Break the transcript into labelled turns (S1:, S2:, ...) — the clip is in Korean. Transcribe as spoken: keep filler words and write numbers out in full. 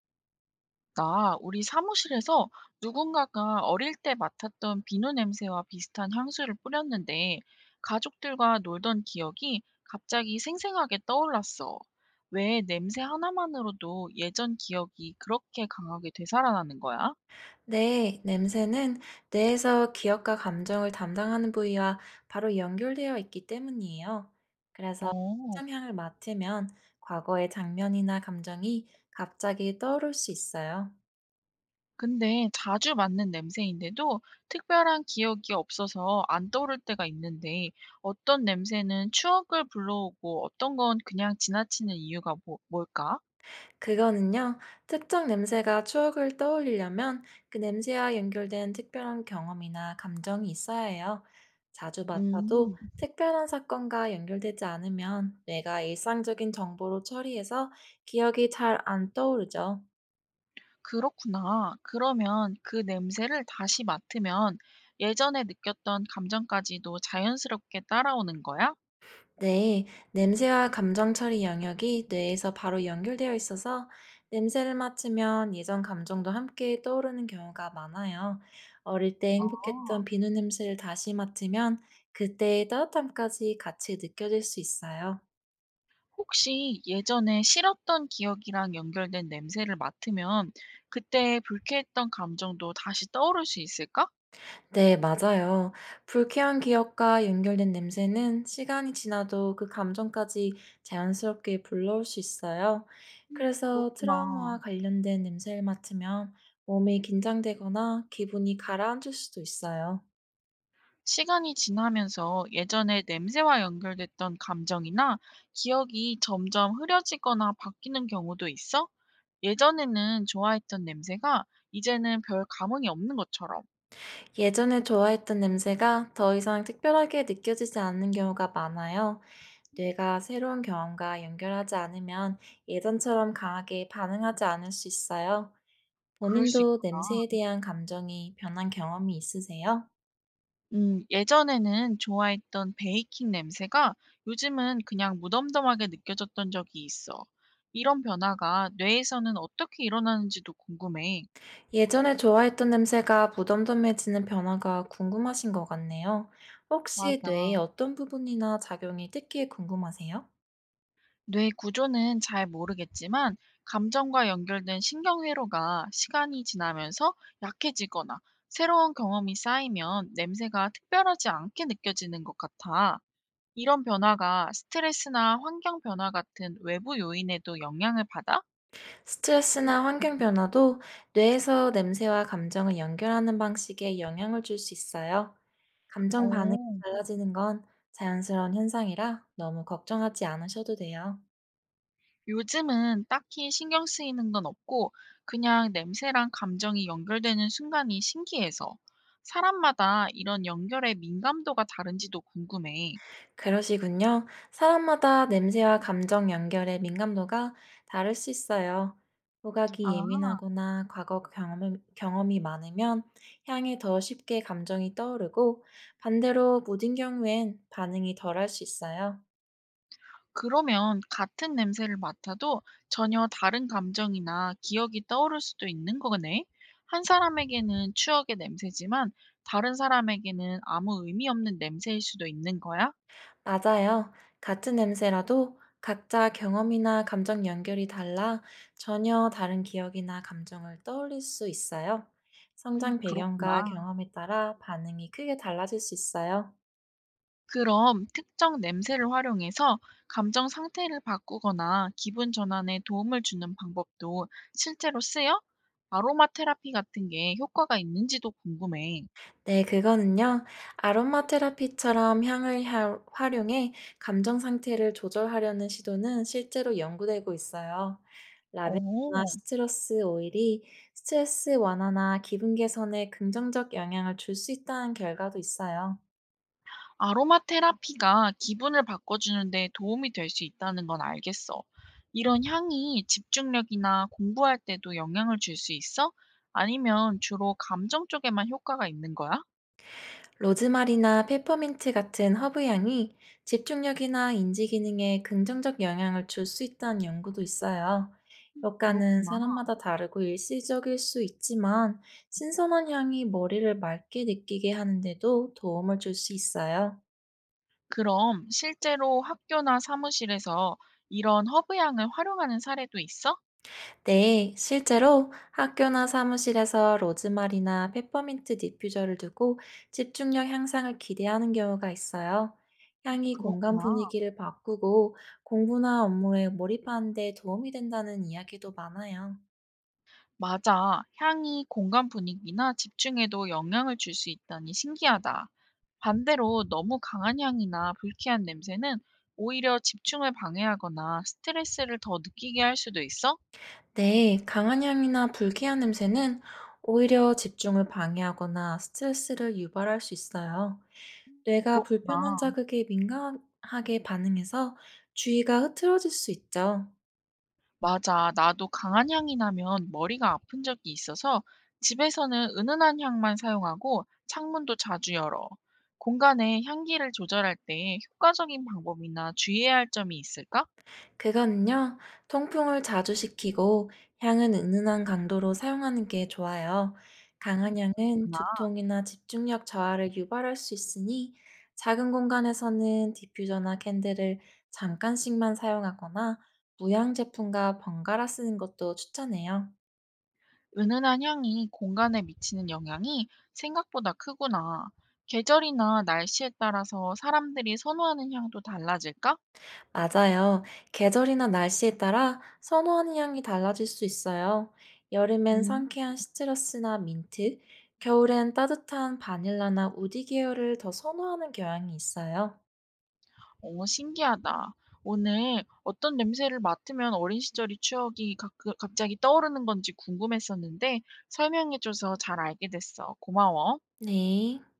S1: 나 우리 사무실에서 누군가가 어릴 때 맡았던 비누 냄새와 비슷한 향수를 뿌렸는데 가족들과 놀던 기억이 갑자기 생생하게 떠올랐어. 왜 냄새 하나만으로도 예전 기억이 그렇게 강하게 되살아나는 거야?
S2: 네, 냄새는 뇌에서 기억과 감정을 담당하는 부위와 바로 연결되어 있기 때문이에요.
S1: 어,
S2: 참향을 맡으면 과거의 장면이나 감정이 갑자기 떠오를 수 있어요.
S1: 근데 자주 맡는 냄새인데도 특별한 기억이 없어서 안 떠오를 때가 있는데 어떤 냄새는 추억을 불러오고 어떤 건 그냥 지나치는 이유가 뭐- 뭘까?
S2: 그거는요, 특정 냄새가 추억을 떠올리려면 그 냄새와 연결된 특별한 경험이나 감정이 있어야 해요. 자주 맡아도
S1: 음.
S2: 특별한 사건과 연결되지 않으면 뇌가 일상적인 정보로 처리해서 기억이 잘 안 떠오르죠.
S1: 그렇구나. 그러면 그 냄새를 다시 맡으면 예전에 느꼈던 감정까지도 자연스럽게 따라오는 거야?
S2: 네, 냄새와 감정 처리 영역이 뇌에서 바로 연결되어 있어서 냄새를 맡으면 예전 감정도 함께 떠오르는 경우가 많아요. 어릴 때
S1: 아,
S2: 행복했던 비누 냄새를 다시 맡으면 그때의 따뜻함까지 같이 느껴질 수 있어요.
S1: 혹시 예전에 싫었던 기억이랑 연결된 냄새를 맡으면 그때 불쾌했던 감정도 다시 떠오를 수 있을까?
S2: 네, 맞아요. 불쾌한 기억과 연결된 냄새는 시간이 지나도 그 감정까지 자연스럽게 불러올 수 있어요.
S1: 음,
S2: 그래서
S1: 그렇구나.
S2: 트라우마와 관련된 냄새를 맡으면 몸이 긴장되거나 기분이 가라앉을 수도 있어요.
S1: 시간이 지나면서 예전에 냄새와 연결됐던 감정이나 기억이 점점 흐려지거나 바뀌는 경우도 있어? 예전에는 좋아했던 냄새가 이제는 별 감흥이 없는 것처럼.
S2: 예전에 좋아했던 냄새가 더 이상 특별하게 느껴지지 않는 경우가 많아요. 뇌가 새로운 경험과 연결하지 않으면 예전처럼 강하게 반응하지 않을 수 있어요.
S1: 그럴 수
S2: 본인도
S1: 있구나.
S2: 냄새에 대한 감정이 변한 경험이 있으세요?
S1: 음, 예전에는 좋아했던 베이킹 냄새가 요즘은 그냥 무덤덤하게 느껴졌던 적이 있어. 이런 변화가 뇌에서는 어떻게 일어나는지도 궁금해.
S2: 예전에 좋아했던 냄새가 무덤덤해지는 변화가 궁금하신 것 같네요. 혹시 뇌의
S1: 맞아.
S2: 어떤 부분이나 작용이 특히 궁금하세요?
S1: 뇌 구조는 잘 모르겠지만 감정과 연결된 신경회로가 시간이 지나면서 약해지거나 새로운 경험이 쌓이면 냄새가 특별하지 않게 느껴지는 것 같아. 이런 변화가 스트레스나 환경 변화 같은 외부 요인에도 영향을 받아?
S2: 스트레스나 환경 변화도 뇌에서 냄새와 감정을 연결하는 방식에 영향을 줄 수 있어요. 감정 반응이
S1: 오,
S2: 달라지는 건 자연스러운 현상이라 너무 걱정하지 않으셔도 돼요.
S1: 요즘은 딱히 신경 쓰이는 건 없고 그냥 냄새랑 감정이 연결되는 순간이 신기해서 사람마다 이런 연결의 민감도가 다른지도 궁금해.
S2: 그러시군요. 사람마다 냄새와 감정 연결의 민감도가 다를 수 있어요. 후각이
S1: 아.
S2: 예민하거나 과거 경험이, 경험이 많으면 향에 더 쉽게 감정이 떠오르고 반대로 무딘 경우엔 반응이 덜할 수 있어요.
S1: 그러면 같은 냄새를 맡아도 전혀 다른 감정이나 기억이 떠오를 수도 있는 거네. 한 사람에게는 추억의 냄새지만 다른 사람에게는 아무 의미 없는 냄새일 수도 있는 거야?
S2: 맞아요. 같은 냄새라도 각자 경험이나 감정 연결이 달라 전혀 다른 기억이나 감정을 떠올릴 수 있어요.
S1: 음,
S2: 성장
S1: 그렇구나.
S2: 배경과 경험에 따라 반응이 크게 달라질 수 있어요.
S1: 그럼 특정 냄새를 활용해서 감정 상태를 바꾸거나 기분 전환에 도움을 주는 방법도 실제로 쓰여? 아로마 테라피 같은 게 효과가 있는지도 궁금해.
S2: 네, 그거는요. 아로마 테라피처럼 향을 하- 활용해 감정 상태를 조절하려는 시도는 실제로 연구되고 있어요. 라벤더나
S1: 오.
S2: 시트러스 오일이 스트레스 완화나 기분 개선에 긍정적 영향을 줄 수 있다는 결과도 있어요.
S1: 아로마 테라피가 기분을 바꿔주는 데 도움이 될 수 있다는 건 알겠어. 이런 향이 집중력이나 공부할 때도 영향을 줄 수 있어? 아니면 주로 감정 쪽에만 효과가 있는 거야?
S2: 로즈마리나 페퍼민트 같은 허브 향이 집중력이나 인지 기능에 긍정적 영향을 줄 수 있다는 연구도 있어요. 효과는
S1: 그렇구나.
S2: 사람마다 다르고 일시적일 수 있지만 신선한 향이 머리를 맑게 느끼게 하는데도 도움을 줄 수 있어요.
S1: 그럼 실제로 학교나 사무실에서 이런 허브 향을 활용하는 사례도 있어?
S2: 네, 실제로 학교나 사무실에서 로즈마리나 페퍼민트 디퓨저를 두고 집중력 향상을 기대하는 경우가 있어요. 향이 공간
S1: 그렇구나.
S2: 분위기를 바꾸고 공부나 업무에 몰입하는 데 도움이 된다는 이야기도 많아요.
S1: 맞아. 향이 공간 분위기나 집중에도 영향을 줄 수 있다니 신기하다. 반대로 너무 강한 향이나 불쾌한 냄새는 오히려 집중을 방해하거나 스트레스를 더 느끼게 할 수도 있어?
S2: 네, 강한 향이나 불쾌한 냄새는 오히려 집중을 방해하거나 스트레스를 유발할 수 있어요. 뇌가 불편한
S1: 그렇구나.
S2: 자극에 민감하게 반응해서 주의가 흐트러질 수 있죠.
S1: 맞아. 나도 강한 향이 나면 머리가 아픈 적이 있어서 집에서는 은은한 향만 사용하고 창문도 자주 열어. 공간에 향기를 조절할 때 효과적인 방법이나 주의해야 할 점이 있을까?
S2: 그는요, 통풍을 자주 시키고 향은 은은한 강도로 사용하는 게 좋아요. 강한
S1: 음,
S2: 향은
S1: 그렇구나.
S2: 두통이나 집중력 저하를 유발할 수 있으니 작은 공간에서는 디퓨저나 캔들을 잠깐씩만 사용하거나 무향 제품과 번갈아 쓰는 것도 추천해요.
S1: 은은한 향이 공간에 미치는 영향이 생각보다 크구나. 계절이나 날씨에 따라서 사람들이 선호하는 향도 달라질까?
S2: 맞아요. 계절이나 날씨에 따라 선호하는 향이 달라질 수 있어요. 여름엔
S1: 음.
S2: 상쾌한 시트러스나 민트, 겨울엔 따뜻한 바닐라나 우디 계열을 더 선호하는 경향이 있어요.
S1: 어, 신기하다. 오늘 어떤 냄새를 맡으면 어린 시절의 추억이 가, 갑자기 떠오르는 건지 궁금했었는데 설명해줘서 잘 알게 됐어. 고마워.
S2: 네.